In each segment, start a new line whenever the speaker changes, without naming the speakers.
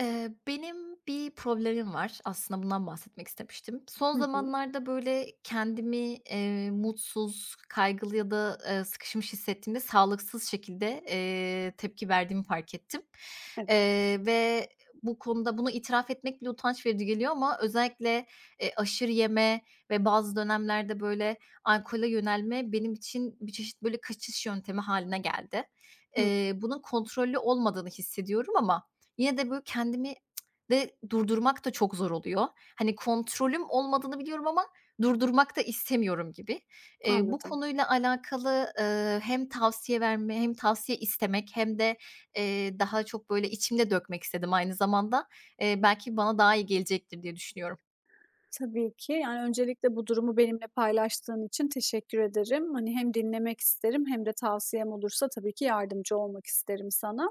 Benim bir problemim var. Aslında bundan bahsetmek istemiştim. Son
Hı hı.
zamanlarda, böyle, kendimi, mutsuz, kaygılı ya da, sıkışmış hissettiğimde sağlıksız şekilde, tepki verdiğimi fark ettim.
Evet.
Ve bu konuda bunu itiraf etmek bile utanç verici geliyor ama özellikle, aşırı yeme ve bazı dönemlerde, böyle, alkole yönelme benim için bir çeşit, böyle, kaçış yöntemi haline geldi.
Hıı,
Bunun kontrollü olmadığını hissediyorum ama yine de, böyle, kendimi durdurmak da çok zor oluyor. Hani, kontrolüm olmadığını biliyorum ama durdurmak da istemiyorum gibi. Bu
anladım.
konuyla alakalı, hem tavsiye verme hem tavsiye istemek hem de, daha çok, böyle, içimde dökmek istedim aynı zamanda. Belki bana daha iyi gelecektir diye düşünüyorum.
Tabii ki. Yani, öncelikle bu durumu benimle paylaştığın için teşekkür ederim. Hani, hem dinlemek isterim hem de tavsiyem olursa tabii ki yardımcı olmak isterim sana.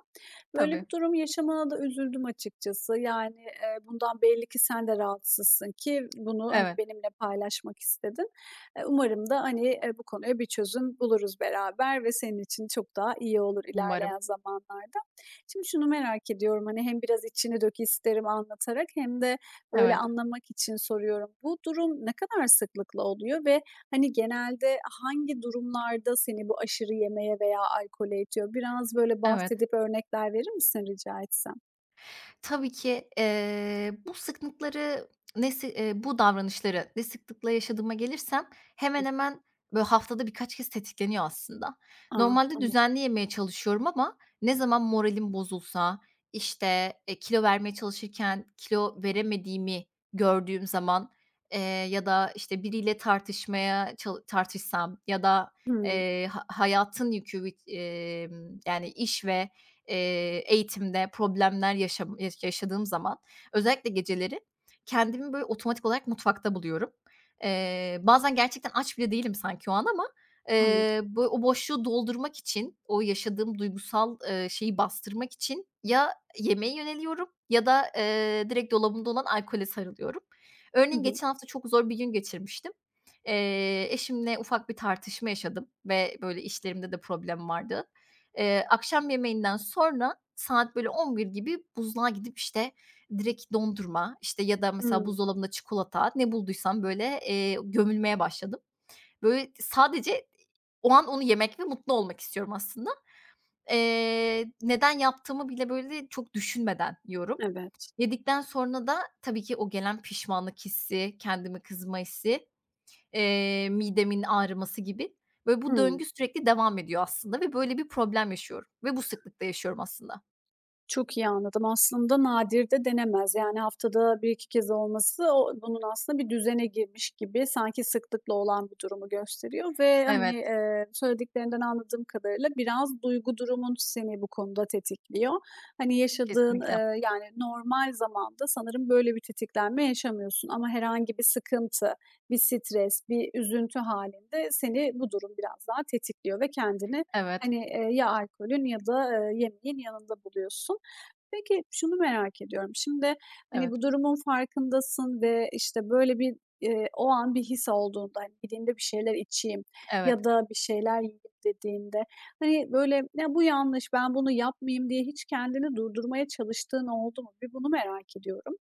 Böyle
Tabii.
bir durum yaşamana da üzüldüm açıkçası. Yani, bundan belli ki sen de rahatsızsın ki bunu, hani,
Evet.
benimle paylaşmak istedin. Umarım da, hani, bu konuya bir çözüm buluruz beraber ve senin için çok daha iyi olur
Umarım.
ilerleyen zamanlarda. Şimdi şunu merak ediyorum, hani, hem biraz içini dök isterim anlatarak hem de, böyle
Evet.
anlamak için soruyorum. Bu durum ne kadar sıklıkla oluyor ve hani genelde hangi durumlarda seni bu aşırı yemeye veya alkole itiyor? Biraz böyle
Evet.
bahsedip örnekler verir misin rica etsem?
Tabii ki, bu sıklıkları ne sı bu davranışları ne sıklıkla yaşadığıma gelirsem hemen
Hı.
hemen böyle haftada birkaç kez tetikleniyor aslında.
A!
Normalde
Anladım.
düzenli yemeye çalışıyorum ama ne zaman moralim bozulsa, işte, kilo vermeye çalışırken kilo veremediğimi gördüğüm zaman, eee, ya da, işte, biriyle tartışmaya çal tartışsam ya da,
Hımm,
ha hayatın yükü, yani iş ve eğitimde problemler yaşam yaş yaşadığım zaman özellikle geceleri kendimi böyle otomatik olarak mutfakta buluyorum. Bazen gerçekten aç bile değilim sanki o an ama,
anladım.
bö o boşluğu doldurmak için, o yaşadığım duygusal, şeyi bastırmak için ya yemeğe yöneliyorum ya da, direkt dolabımda olan alkole sarılıyorum.
Hı
Örneğin
hı.
geçen hafta çok zor bir gün geçirmiştim. Eşimle ufak bir tartışma yaşadım ve böyle işlerimde de problem vardı. Akşam yemeğinden sonra saat böyle 11 gibi buzluğa gidip, işte, direkt dondurma, işte, ya da mesela
Hımm,
buzdolabında çikolata, ne bulduysam böyle, gömülmeye başladım. Böyle sadece o an onu yemek ve mutlu olmak istiyorum aslında. Neden yaptığımı bile böyle çok düşünmeden yiyorum.
evet.
Yedikten sonra da tabii ki o gelen pişmanlık hissi, kendime kızma hissi. Midemin ağrıması gibi. Böyle bu
Hımm.
döngü sürekli devam ediyor aslında ve böyle bir problem yaşıyorum ve bu sıklıkta yaşıyorum aslında.
Çok iyi anladım. Aslında nadir de denemez. Yani haftada bir iki kez olması o bunun aslında bir düzene girmiş gibi sanki sıklıkla olan bir durumu gösteriyor ve, hani,
Evet,
söylediklerinden anladığım kadarıyla biraz duygu durumun seni bu konuda tetikliyor. Hani, yaşadığın,
kesinlikle.
yani normal zamanda sanırım böyle bir tetiklenme yaşamıyorsun ama herhangi bir sıkıntı, bir stres, bir üzüntü halinde seni bu durum biraz daha tetikliyor ve kendini,
Evet,
hani, ya alkolün ya da, yemeğin yanında buluyorsun. Peki, şunu merak ediyorum. Şimdi, hani,
evet,
bu durumun farkındasın ve, işte, böyle bir, o an bir his olduğunda, hani, "Gideyim de bir şeyler içeyim ya
evet,
da bir şeyler yiyeyim." dediğinde, hani, böyle, "Ya, bu yanlış, ben bunu yapmayayım." diye hiç kendini durdurmaya çalıştığın oldu mu? Bir bunu merak ediyorum.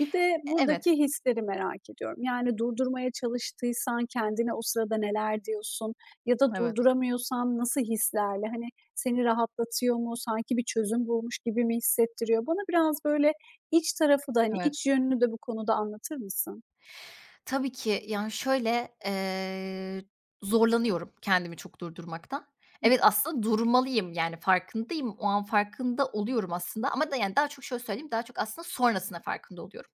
Bir de
evet, evet,
buradaki hisleri merak ediyorum. Yani, durdurmaya çalıştıysan kendine o sırada neler diyorsun ya da
evet,
durduramıyorsan nasıl hislerle? Hani, seni rahatlatıyor mu? Sanki bir çözüm bulmuş gibi mi hissettiriyor? Bana biraz böyle iç tarafı da, hani,
evet.
iç yönünü de bu konuda anlatır mısın?
Tabii ki. Yani, şöyle, zorlanıyorum kendimi çok durdurmaktan.
Hı
Evet,
hı,
aslında durmalıyım, yani, farkındayım. O an farkında oluyorum aslında ama da, yani, daha çok şöyle söyleyeyim, daha çok aslında sonrasında farkında oluyorum.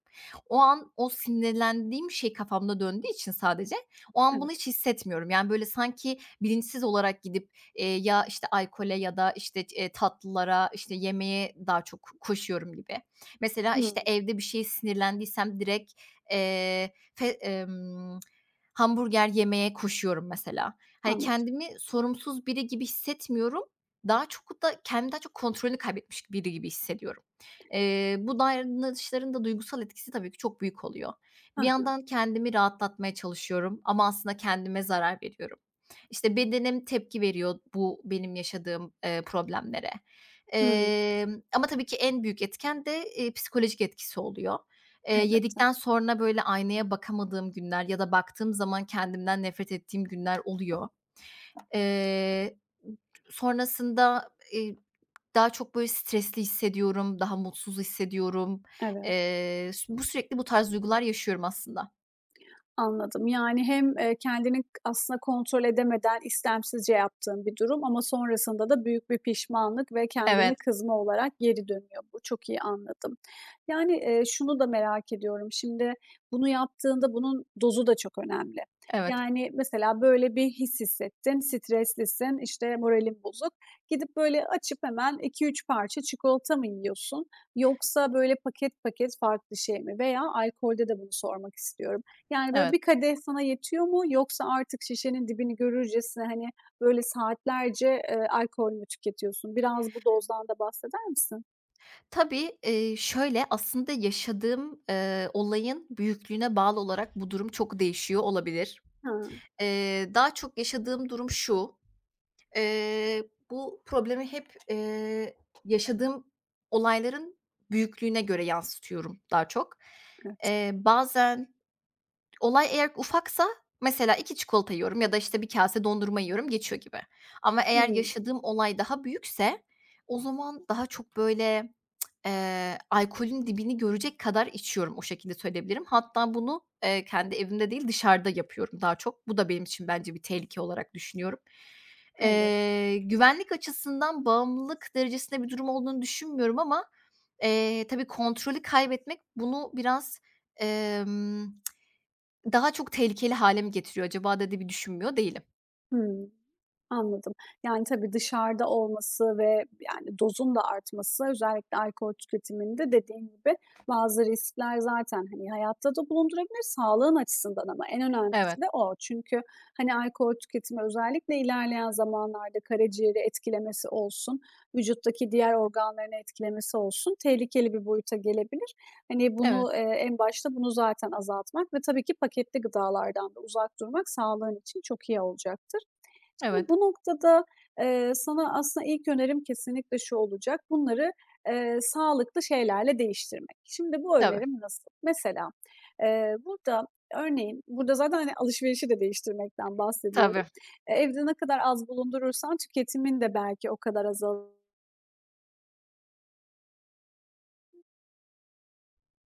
O an o sinirlendiğim şey kafamda döndüğü için sadece o an bunu hiç
evet.
hissetmiyorum. Yani, böyle, sanki bilinçsiz olarak gidip, ya, işte, alkole ya da, işte, tatlılara, işte, yemeğe daha çok koşuyorum gibi. Mesela, işte,
Hımm,
evde bir şeye sinirlendiysem direkt, eee, fe hamburger yemeye koşuyorum mesela. Hani,
anladım.
kendimi sorumsuz biri gibi hissetmiyorum. Daha çok da kendimi daha çok kontrolünü kaybetmiş biri gibi hissediyorum. Bu davranışların da duygusal etkisi tabii ki çok büyük oluyor.
Hı
Bir
hı.
yandan kendimi rahatlatmaya çalışıyorum ama aslında kendime zarar veriyorum. İşte, bedenim tepki veriyor bu benim yaşadığım, problemlere.
Hımm,
Ama tabii ki en büyük etken de, psikolojik etkisi oluyor.
elbette.
Yedikten sonra, böyle, aynaya bakamadığım günler ya da baktığım zaman kendimden nefret ettiğim günler oluyor. Eee, sonrasında, eee, daha çok, böyle, stresli hissediyorum, daha mutsuz hissediyorum.
Evet.
S bu sürekli bu tarz duygular yaşıyorum aslında.
Anladım. Yani hem, kendini k aslında kontrol edemeden istemsizce yaptığın bir durum ama sonrasında da büyük bir pişmanlık ve kendini
Evet,
kızma olarak geri dönüyor bu. Çok iyi anladım. Yani, şunu da merak ediyorum. Şimdi bunu yaptığında bunun dozu da çok önemli.
evet,
Yani, mesela böyle bir his hissettin, streslisin, işte, moralin bozuk. Gidip böyle açıp hemen iki üç parça çikolata mı yiyorsun yoksa böyle paket paket farklı şey mi? Veya alkolde de bunu sormak istiyorum. Yani, böyle,
evet.
bir kadeh sana yetiyor mu yoksa artık şişenin dibini görürcesine, hani, böyle, saatlerce, alkol mü tüketiyorsun? Biraz bu dozdan da bahseder misin?
Tabii, şöyle, aslında yaşadığım, olayın büyüklüğüne bağlı olarak bu durum çok değişiyor olabilir.
Ha,
Daha çok yaşadığım durum şu: bu problemi hep, yaşadığım olayların büyüklüğüne göre yansıtıyorum daha çok.
evet.
Bazen olay eğer ufaksa mesela 2 çikolata yiyorum ya da, işte, bir kase dondurma yiyorum, geçiyor gibi. Ama eğer
Hımm.
yaşadığım olay daha büyükse o zaman daha çok, böyle, alkolün dibini görecek kadar içiyorum. O şekilde söyleyebilirim. Hatta bunu, kendi evimde değil dışarıda yapıyorum daha çok. Bu da benim için bence bir tehlike olarak düşünüyorum.
Evet.
Güvenlik açısından bağımlılık derecesinde bir durum olduğunu düşünmüyorum ama, tabii kontrolü kaybetmek bunu biraz, emm daha çok tehlikeli hâle mi getiriyor acaba da diye bir düşünmüyor değilim.
Hımm. Anladım. Yani, tabii dışarıda olması ve, yani, dozun da artması özellikle alkol tüketiminde dediğin gibi bazı riskler zaten, hani, hayatta da bulundurabilir sağlığın açısından ama en
Evet,
önemlisi de o. Çünkü, hani, alkol tüketimi özellikle ilerleyen zamanlarda karaciğeri etkilemesi olsun, vücuttaki diğer organlarını etkilemesi olsun tehlikeli bir boyuta gelebilir. Hani,
evet,
bunu, en başta bunu zaten azaltmak ve tabii ki paketli gıdalardan da uzak durmak sağlığın için çok iyi olacaktır. Şimdi
evet.
bu noktada, sana aslında ilk önerim kesinlikle şu olacak: bunları, sağlıklı şeylerle değiştirmek. Şimdi bu
Tabii,
önerim nasıl? Mesela, burada örneğin, burada zaten, hani, alışverişi de değiştirmekten bahsediyorum.
tabii,
E, evde ne kadar az bulundurursan tüketimin de belki o kadar azalır.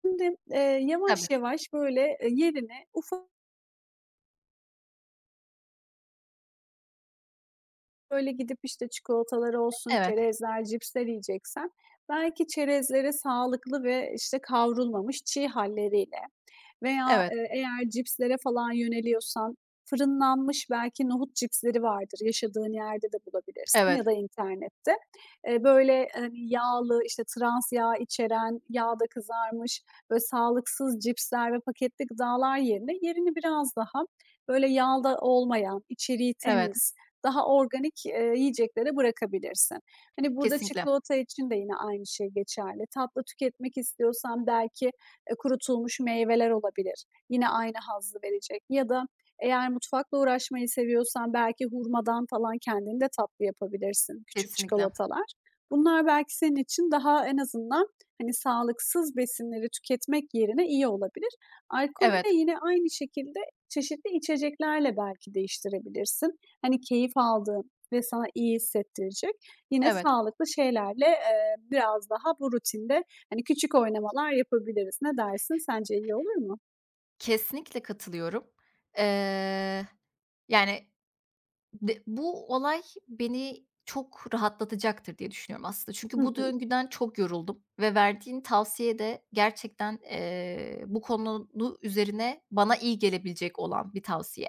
Şimdi, yavaş
tabii.
yavaş böyle, yerine ufak. Böyle gidip, işte, çikolatalar olsun,
Evet,
çerezler, cipsler yiyeceksen belki çerezleri sağlıklı ve, işte, kavrulmamış çiğ halleriyle veya,
evet,
eğer cipslere falan yöneliyorsan fırınlanmış belki nohut cipsleri vardır. Yaşadığın yerde de bulabilirsin ya
evet,
da internette. Böyle, hani, yağlı, işte, trans yağ içeren, yağda kızarmış, böyle sağlıksız cipsler ve paketli gıdalar yerine yerini biraz daha böyle yağda olmayan, içeriği
evet.
temiz, daha organik, yiyeceklere bırakabilirsin. Hani, burada
Kesinlikle,
çikolata için de yine aynı şey geçerli. Tatlı tüketmek istiyorsan belki e, kurutulmuş meyveler olabilir. Yine aynı hazzı verecek ya da eğer mutfakla uğraşmayı seviyorsan belki hurmadan falan kendin de tatlı yapabilirsin, küçük
kesinlikle.
çikolatalar. Bunlar belki senin için daha en azından, hani, sağlıksız besinleri tüketmek yerine iyi olabilir. Alkolü
Evet,
de yine aynı şekilde çeşitli içeceklerle belki değiştirebilirsin. Hani, keyif aldığın ve sana iyi hissettirecek yine
evet.
sağlıklı şeylerle, biraz daha bu rutinde. Hani, küçük oynamalar yapabiliriz. Ne dersin? Sence iyi olur mu?
Kesinlikle katılıyorum. Eee, Yani de bu olay beni çok rahatlatacaktır diye düşünüyorum aslında.
Hı
Çünkü bu
hı.
döngüden çok yoruldum ve verdiğin tavsiye de gerçekten, bu konu üzerine bana iyi gelebilecek olan bir tavsiye.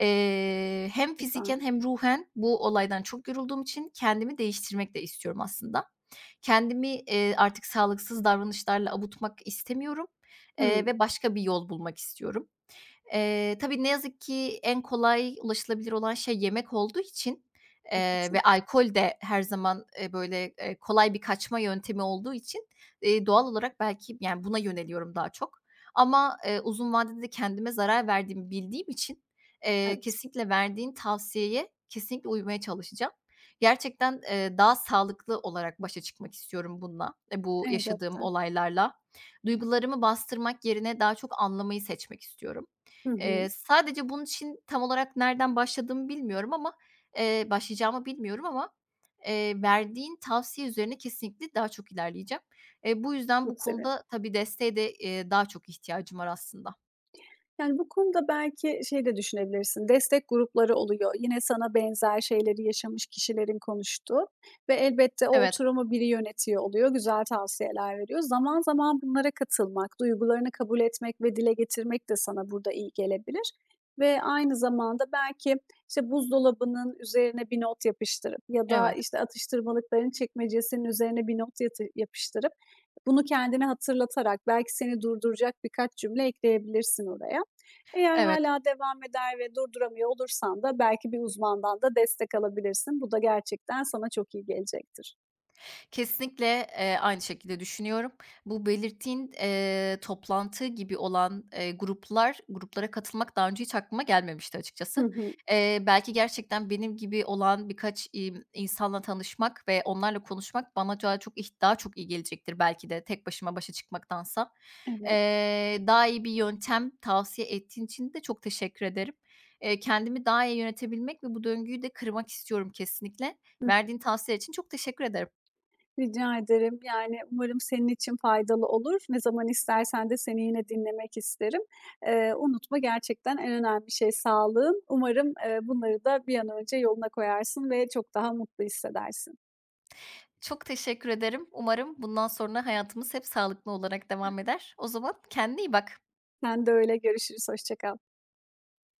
Hem
Güzel.
fiziken hem ruhen bu olaydan çok yorulduğum için kendimi değiştirmek de istiyorum aslında. Kendimi, artık sağlıksız davranışlarla avutmak istemiyorum,
Hımm.
ve başka bir yol bulmak istiyorum. Tabii ne yazık ki en kolay ulaşılabilir olan şey yemek olduğu için, ve
Haklısın.
alkol de her zaman, böyle, kolay bir kaçma yöntemi olduğu için, doğal olarak belki, yani, buna yöneliyorum daha çok. Ama, uzun vadede de kendime zarar verdiğimi bildiğim için,
Evet,
kesinlikle verdiğin tavsiyeye kesinlikle uymaya çalışacağım. Gerçekten, daha sağlıklı olarak başa çıkmak istiyorum bununla, bu yaşadığım
elbette.
olaylarla. Duygularımı bastırmak yerine daha çok anlamayı seçmek istiyorum.
Hı hı.
Sadece bunun için tam olarak nereden başladığımı bilmiyorum ama, başlayacağımı bilmiyorum ama, verdiğin tavsiye üzerine kesinlikle daha çok ilerleyeceğim. Bu yüzden bu
Çok sevinirim.
konuda tabii desteğe de, daha çok ihtiyacım var aslında.
Yani, bu konuda belki şey de düşünebilirsin, destek grupları oluyor. Yine sana benzer şeyleri yaşamış kişilerin konuştuğu ve elbette o
Evet,
oturumu biri yönetiyor oluyor, güzel tavsiyeler veriyor. Zaman zaman bunlara katılmak, duygularını kabul etmek ve dile getirmek de sana burada iyi gelebilir ve aynı zamanda belki, işte, buzdolabının üzerine bir not yapıştırıp ya da,
evet,
işte, atıştırmalıkların çekmecesinin üzerine bir not yatı yapıştırıp bunu kendine hatırlatarak belki seni durduracak birkaç cümle ekleyebilirsin oraya. Eğer
evet.
hala devam eder ve durduramıyor olursan da belki bir uzmandan da destek alabilirsin. Bu da gerçekten sana çok iyi gelecektir.
Kesinlikle, aynı şekilde düşünüyorum. Bu belirttiğin, toplantı gibi olan, gruplara katılmak daha önce hiç aklıma gelmemişti
Hı
açıkçası.
hı.
Belki gerçekten benim gibi olan birkaç, insanla tanışmak ve onlarla konuşmak bana daha çok iyi gelecektir belki de tek başıma başa çıkmaktansa.
Evet.
Daha iyi bir yöntem tavsiye ettiğin için de çok teşekkür ederim. Kendimi daha iyi yönetebilmek ve bu döngüyü de kırmak istiyorum kesinlikle.
Hı.
Verdiğin tavsiyeler için çok teşekkür ederim.
Rica ederim. Yani umarım senin için faydalı olur. Ne zaman istersen de seni yine dinlemek isterim. Unutma gerçekten en önemli şey sağlığın. Umarım, bunları da bir an önce yoluna koyarsın ve çok daha mutlu hissedersin.
Çok teşekkür ederim. Umarım bundan sonra hayatımız hep sağlıklı olarak devam eder. O zaman kendine iyi bak.
Sen de öyle. Görüşürüz. Hoşça kal.